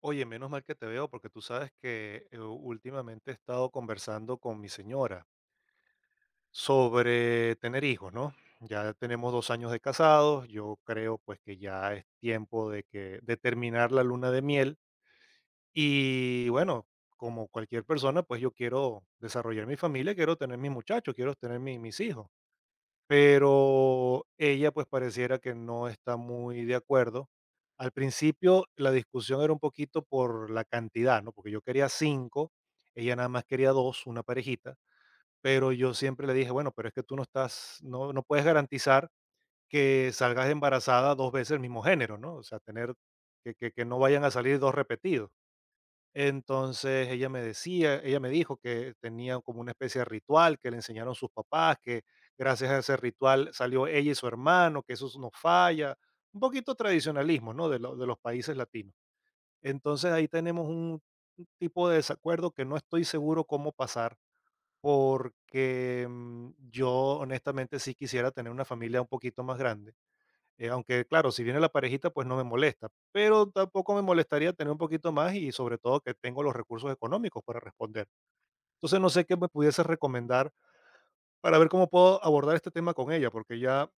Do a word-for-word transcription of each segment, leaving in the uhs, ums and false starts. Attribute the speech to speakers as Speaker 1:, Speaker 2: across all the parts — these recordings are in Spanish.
Speaker 1: Oye, menos mal que te veo porque tú sabes que eh, últimamente he estado conversando con mi señora sobre tener hijos, ¿no? Ya tenemos dos años de casados, yo creo pues que ya es tiempo de que de terminar la luna de miel y bueno, como cualquier persona, pues yo quiero desarrollar mi familia, quiero tener mis muchachos, quiero tener mi- mis hijos. Pero ella, pues, pareciera que no está muy de acuerdo. Al principio, la discusión era un poquito por la cantidad, ¿no? Porque yo quería cinco, ella nada más quería dos, una parejita, pero yo siempre le dije: "Bueno, pero es que tú no estás no no puedes garantizar que salgas embarazada dos veces el mismo género, ¿no? O sea, tener que que que no vayan a salir dos repetidos". Entonces ella me decía ella me dijo que tenían como una especie de ritual que le enseñaron sus papás, que gracias a ese ritual salió ella y su hermano, que eso no falla, un poquito tradicionalismo, ¿no?, de lo de los países latinos. Entonces ahí tenemos un un tipo de desacuerdo que no estoy seguro cómo pasar, porque, mm, yo honestamente sí quisiera tener una familia un poquito más grande. Eh, aunque, claro, si viene la parejita, pues no me molesta, pero tampoco me molestaría tener un poquito más y sobre todo que tengo los recursos económicos para responder. Entonces, no sé qué me pudiese recomendar para ver cómo puedo abordar este tema con ella, porque ya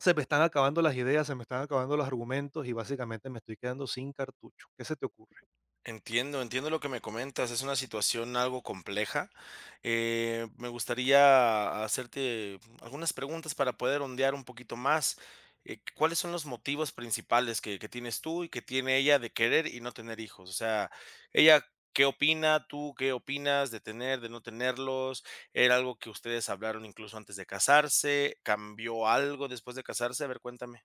Speaker 1: se me están acabando las ideas, se me están acabando los argumentos y básicamente me estoy quedando sin cartucho. ¿Qué se te ocurre?
Speaker 2: Entiendo, entiendo lo que me comentas. Es una situación algo compleja. Eh, me gustaría hacerte algunas preguntas para poder ondear un poquito más. Eh, ¿cuáles son los motivos principales que, que tienes tú y que tiene ella de querer y no tener hijos? O sea, ella, ¿qué opina? ¿Tú qué opinas de tener, de no tenerlos? ¿Era algo que ustedes hablaron incluso antes de casarse? ¿Cambió algo después de casarse? A ver, cuéntame.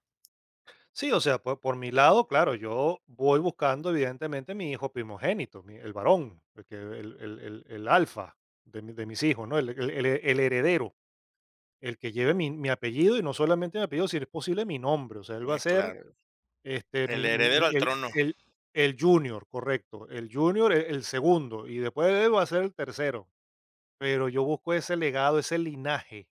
Speaker 1: Sí, o sea, por, por mi lado, claro, yo voy buscando evidentemente mi hijo primogénito, mi- el varón, el, que- el, el- el- el alfa de, mi- de mis hijos, ¿no? el el- el- el heredero, el que lleve mi mi apellido, y no solamente mi apellido, si es posible, mi nombre. O sea, él va a
Speaker 2: Eh,
Speaker 1: ser,
Speaker 2: claro.
Speaker 1: este,
Speaker 2: El
Speaker 1: mi mi mi
Speaker 2: heredero al
Speaker 1: el
Speaker 2: trono.
Speaker 1: el el junior, correcto, el junior, el el segundo, y después de él va a ser el tercero. Pero yo busco ese legado, ese linaje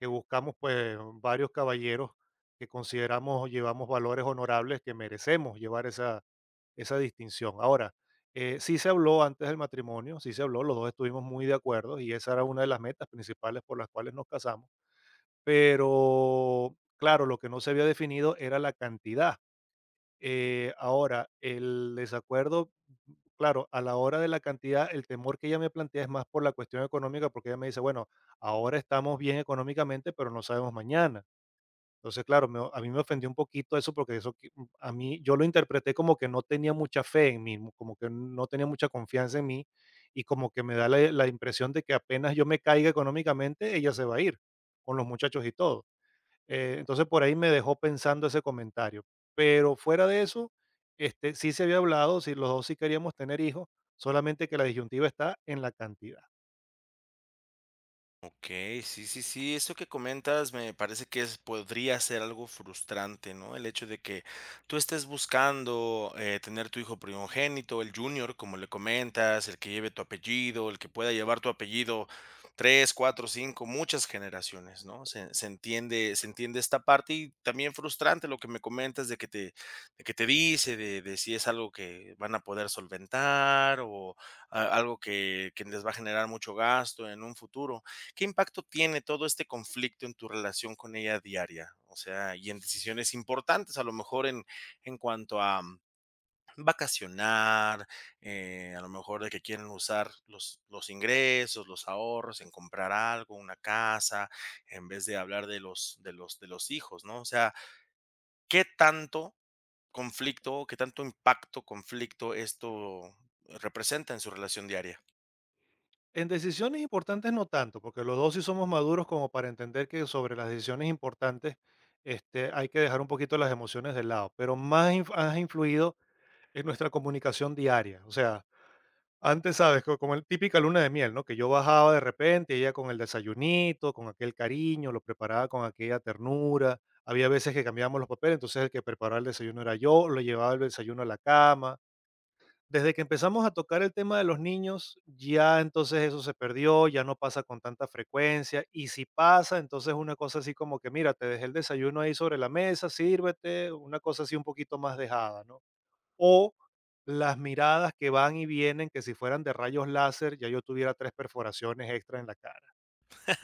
Speaker 1: que buscamos, pues, varios caballeros que consideramos, llevamos valores honorables, que merecemos llevar esa esa distinción. Ahora, eh, sí se habló antes del matrimonio, sí se habló, los dos estuvimos muy de acuerdo, y esa era una de las metas principales por las cuales nos casamos. Pero, claro, lo que no se había definido era la cantidad. Eh, ahora, el desacuerdo, claro, a la hora de la cantidad, el temor que ella me plantea es más por la cuestión económica, porque ella me dice, bueno, ahora estamos bien económicamente, pero no sabemos mañana. Entonces, claro, me a mí me ofendió un poquito eso, porque eso que mm, a mí yo lo interpreté como que no tenía mucha fe en mí, como que no tenía mucha confianza en mí y como que me da la la impresión de que apenas yo me caiga económicamente, ella se va a ir con los muchachos y todo. Eh, entonces por ahí me dejó pensando ese comentario. Pero fuera de eso, este, sí se había hablado, si los dos sí queríamos tener hijos, solamente que la disyuntiva está en la cantidad.
Speaker 2: Okey, sí, sí, sí, eso que comentas me parece que es podría ser algo frustrante, ¿no? El hecho de que tú estés buscando, eh, tener tu hijo primogénito, el junior, como le comentas, el que lleve tu apellido, el que pueda llevar tu apellido tres, cuatro, cinco, muchas generaciones, ¿no? Se se entiende se entiende esta parte y también frustrante lo que me comentas de que te de que te dice, de de si es algo que van a poder solventar o a algo que que les va a generar mucho gasto en un futuro. ¿Qué impacto tiene todo este conflicto en tu relación con ella diaria? O sea, y en decisiones importantes, a lo mejor en, en cuanto a mm, vacacionar, eh, a lo mejor de que quieren usar los, los ingresos, los ahorros, en comprar algo, una casa, en vez de hablar de los, de los, de los hijos, ¿no? O sea, ¿qué tanto conflicto, qué tanto impacto, conflicto esto representa en su relación diaria?
Speaker 1: En decisiones importantes no tanto, porque los dos sí somos maduros como para entender que sobre las decisiones importantes este, hay que dejar un poquito las emociones de lado, pero más inf- ha influido en nuestra comunicación diaria. O sea, antes, ¿sabes? Co Como el típica luna de miel, ¿no? Que yo bajaba de repente, ella con el desayunito, con aquel cariño, lo preparaba con aquella ternura. Había veces que cambiábamos los papeles, entonces el que preparaba el desayuno era yo, lo llevaba el desayuno a la cama. Desde que empezamos a tocar el tema de los niños, ya entonces eso se perdió, ya no pasa con tanta frecuencia. Y si pasa, entonces una cosa así como que, mira, te dejé el desayuno ahí sobre la mesa, sírvete, una cosa así un poquito más dejada, ¿no? O las miradas que van y vienen, que si fueran de rayos láser, ya yo tuviera tres perforaciones extra en la cara.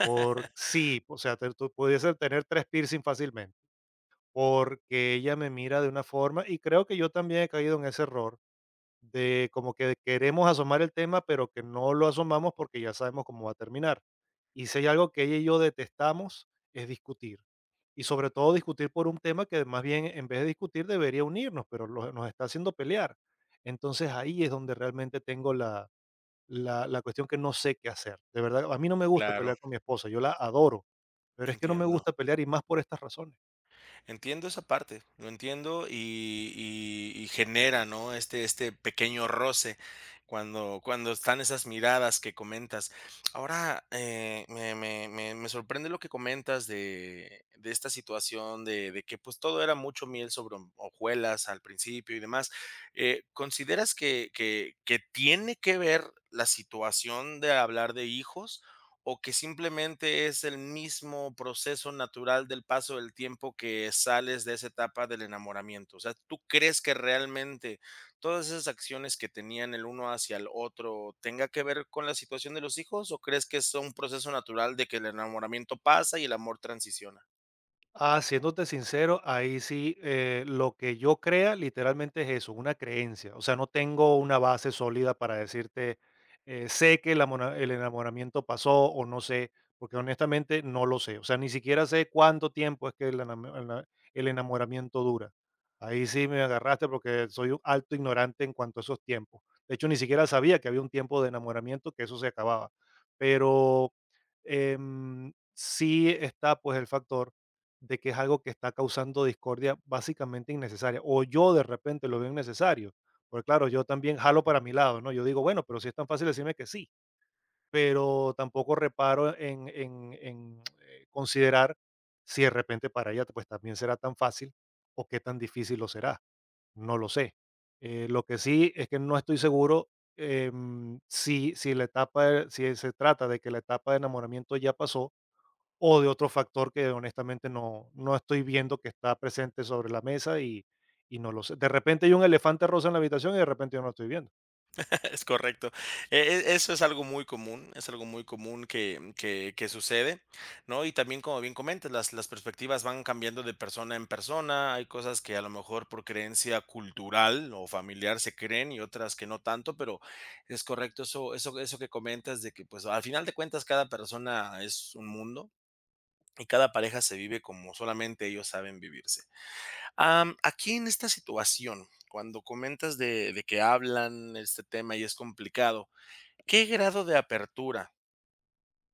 Speaker 1: Por sí, o sea, te- tú pudiese tener tres piercing fácilmente, porque ella me mira de una forma y creo que yo también he caído en ese error de como que queremos asomar el tema, pero que no lo asomamos porque ya sabemos cómo va a terminar. Y si hay algo que ella y yo detestamos, es discutir. Y sobre todo discutir por un tema que más bien en vez de discutir debería unirnos, pero lo- nos está haciendo pelear. Entonces ahí es donde realmente tengo la, la, la cuestión que no sé qué hacer. De verdad, a mí no me gusta
Speaker 2: Claro,
Speaker 1: pelear con mi esposa, yo la adoro, pero es que no me
Speaker 2: entiendo.
Speaker 1: gusta pelear y más por estas razones.
Speaker 2: Entiendo esa parte, lo entiendo y, y- y genera, ¿no? Este, este pequeño roce cuando, cuando están esas miradas que comentas. Ahora, eh, me, me- me- me sorprende lo que comentas de, de esta situación, de, de que pues todo era mucho miel sobre ho- hojuelas al principio y demás. Eh, ¿consideras que, que que tiene que ver la situación de hablar de hijos, o que simplemente es el mismo proceso natural del paso del tiempo que sales de esa etapa del enamoramiento? O sea, ¿tú crees que realmente todas esas acciones que tenían el uno hacia el otro tenga que ver con la situación de los hijos o crees que es un proceso natural de que el enamoramiento pasa y el amor transiciona?
Speaker 1: Ah, siéndote sincero, ahí sí, eh, lo que yo crea literalmente es eso, una creencia. O sea, no tengo una base sólida para decirte, eh, sé que el, amora- el enamoramiento pasó o no sé, porque honestamente no lo sé. O sea, ni siquiera sé cuánto tiempo es que el, enamo- el na- el enamoramiento dura. Ahí sí me agarraste porque soy un alto ignorante en cuanto a esos tiempos. De hecho, ni siquiera sabía que había un tiempo de enamoramiento, que eso se acababa. Pero em, sí está pues el factor de que es algo que está causando discordia básicamente innecesaria, o yo de repente lo veo innecesario, porque claro, yo también jalo para mi lado, ¿no? Yo digo, bueno, pero si es tan fácil decirme que sí, pero tampoco reparo en, en- en, eh, considerar si de repente para ella pues también será tan fácil o qué tan difícil lo será, no lo sé. Eh, lo que sí es que no estoy seguro em, si, si, la etapa, de- si se trata de que la etapa de enamoramiento ya pasó o de otro factor que honestamente no, no estoy viendo que está presente sobre la mesa y, y no lo sé. De repente hay un elefante rosa en la habitación y de repente yo no lo estoy viendo.
Speaker 2: Es correcto. E e eso es algo muy común, es algo muy común que que que sucede, ¿no? Y también, como bien comentas, las las perspectivas van cambiando de persona en persona. Hay cosas que a lo mejor por creencia cultural o familiar se creen y otras que no tanto, pero es correcto eso eso eso que comentas de que, pues, al final de cuentas cada persona es un mundo y cada pareja se vive como solamente ellos saben vivirse. Am, aquí en esta situación, cuando comentas de de que hablan este tema y es complicado, ¿qué grado de apertura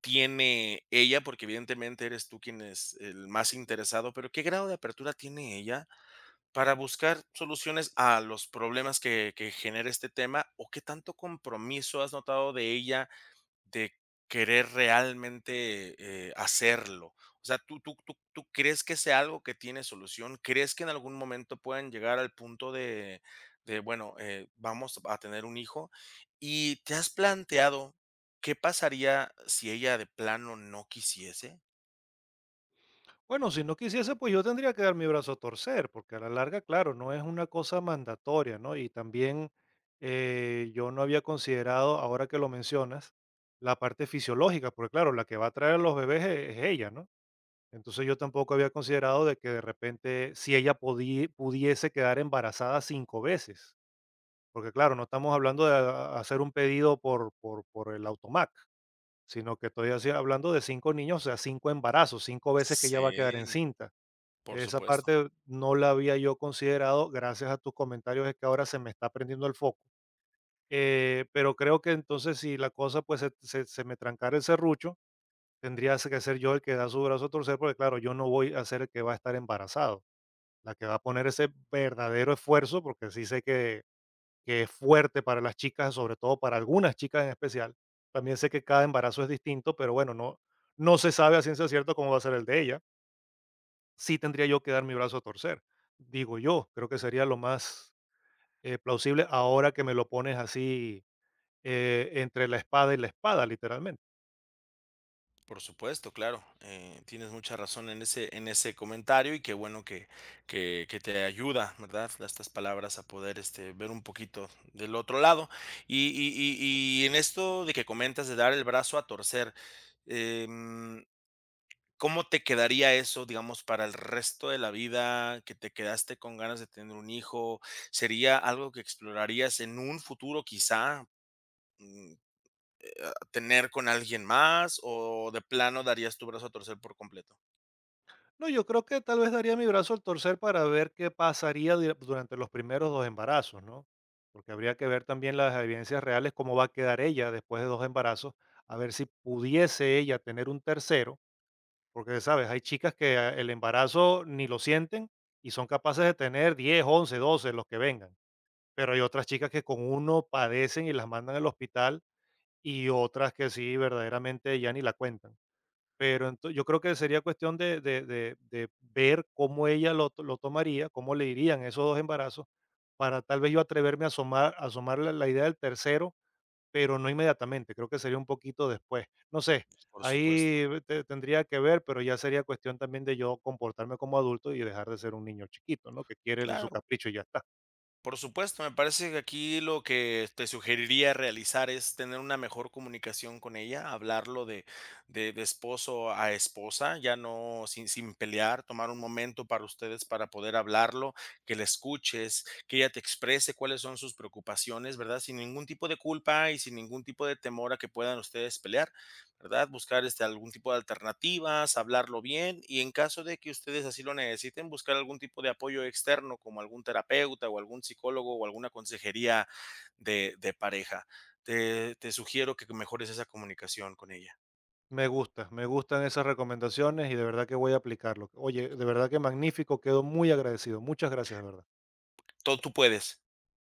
Speaker 2: tiene ella? Porque evidentemente eres tú quien es el más interesado, pero ¿qué grado de apertura tiene ella para buscar soluciones a los problemas que, que genera este tema? ¿O qué tanto compromiso has notado de ella de querer realmente, eh, hacerlo? O sea, ¿tú tú tú tú crees que sea algo que tiene solución? ¿Crees que en algún momento puedan llegar al punto de de, bueno, eh, vamos a tener un hijo? ¿Y te has planteado qué pasaría si ella de plano no quisiese?
Speaker 1: Bueno, si no quisiese, pues yo tendría que dar mi brazo a torcer, porque a la larga, claro, no es una cosa mandatoria, ¿no? Y también eh, yo no había considerado, ahora que lo mencionas, la parte fisiológica, porque claro, la que va a traer a los bebés e- es, ella, ¿no? Entonces yo tampoco había considerado de que de repente si ella podí- pudiese quedar embarazada cinco veces, porque claro, no estamos hablando de a- hacer un pedido por, por, por el automac, sino que estoy así hablando de cinco niños, o sea, cinco embarazos, cinco veces que ella va a quedar
Speaker 2: Sí,
Speaker 1: encinta.
Speaker 2: por
Speaker 1: Esa
Speaker 2: supuesto.
Speaker 1: parte no la había yo considerado, gracias a tus comentarios es que ahora se me está prendiendo el foco. Eh, pero creo que entonces si la cosa pues se, se- se me trancara el serrucho, tendría que ser yo el que da su brazo a torcer, porque claro, yo no voy a ser el que va a estar embarazado, la que va a poner ese verdadero esfuerzo, porque sí sé que, que es fuerte para las chicas, sobre todo para algunas chicas en especial. También sé que cada embarazo es distinto, pero bueno, no, no se sabe a ciencia cierta cómo va a ser el de ella. Sí tendría yo que dar mi brazo a torcer, digo yo, creo que sería lo más eh, plausible. Ahora que me lo pones así, eh, entre la espada y la espada, literalmente.
Speaker 2: Por supuesto, claro. eh, tienes mucha razón en ese, en ese comentario y qué bueno que, que, que te ayuda, ¿verdad? Estas palabras a poder este, ver un poquito del otro lado. Y, y- y- y en esto de que comentas de dar el brazo a torcer, em, ¿cómo te quedaría eso, digamos, para el resto de la vida? ¿Que te quedaste con ganas de tener un hijo? ¿Sería algo que explorarías en un futuro quizá? Mm, ¿tener con alguien más o de plano darías tu brazo a torcer por completo?
Speaker 1: No, yo creo que tal vez daría mi brazo al torcer para ver qué pasaría dura- durante los primeros dos embarazos, ¿no? Porque habría que ver también las evidencias reales, cómo va a quedar ella después de dos embarazos, a ver si pudiese ella tener un tercero, porque sabes, hay chicas que eh, el embarazo ni lo sienten y son capaces de tener diez, once, doce, los que vengan. Pero hay otras chicas que con uno padecen y las mandan al hospital, y otras que sí, verdaderamente ya ni la cuentan. Pero ento yo creo que sería cuestión de de de de ver cómo ella lo to lo tomaría, cómo le irían esos dos embarazos, para tal vez yo atreverme a asomar asomarle la la idea del tercero, pero no inmediatamente, creo que sería un poquito después. No sé,
Speaker 2: Por supuesto.
Speaker 1: ahí te tendría que ver, pero ya sería cuestión también de yo comportarme como adulto y dejar de ser un niño chiquito, ¿no? Que quiere su
Speaker 2: Claro,
Speaker 1: capricho y ya está.
Speaker 2: por supuesto. Me parece que aquí lo que te sugeriría realizar es tener una mejor comunicación con ella, hablarlo de, de, de esposo a esposa, ya no sin, sin pelear, tomar un momento para ustedes para poder hablarlo, que la escuches, que ella te exprese cuáles son sus preocupaciones, ¿verdad? Sin ningún tipo de culpa y sin ningún tipo de temor a que puedan ustedes pelear. ¿Verdad? Buscar este, algún tipo de alternativas, hablarlo bien y en caso de que ustedes así lo necesiten, buscar algún tipo de apoyo externo como algún terapeuta o algún psicólogo o alguna consejería de, de pareja. Te, te sugiero que mejores esa comunicación con ella.
Speaker 1: Me gusta, me gustan esas recomendaciones y de verdad que voy a aplicarlo. Oye, de verdad que magnífico, quedo muy agradecido. Muchas gracias, de verdad.
Speaker 2: Todo tú puedes.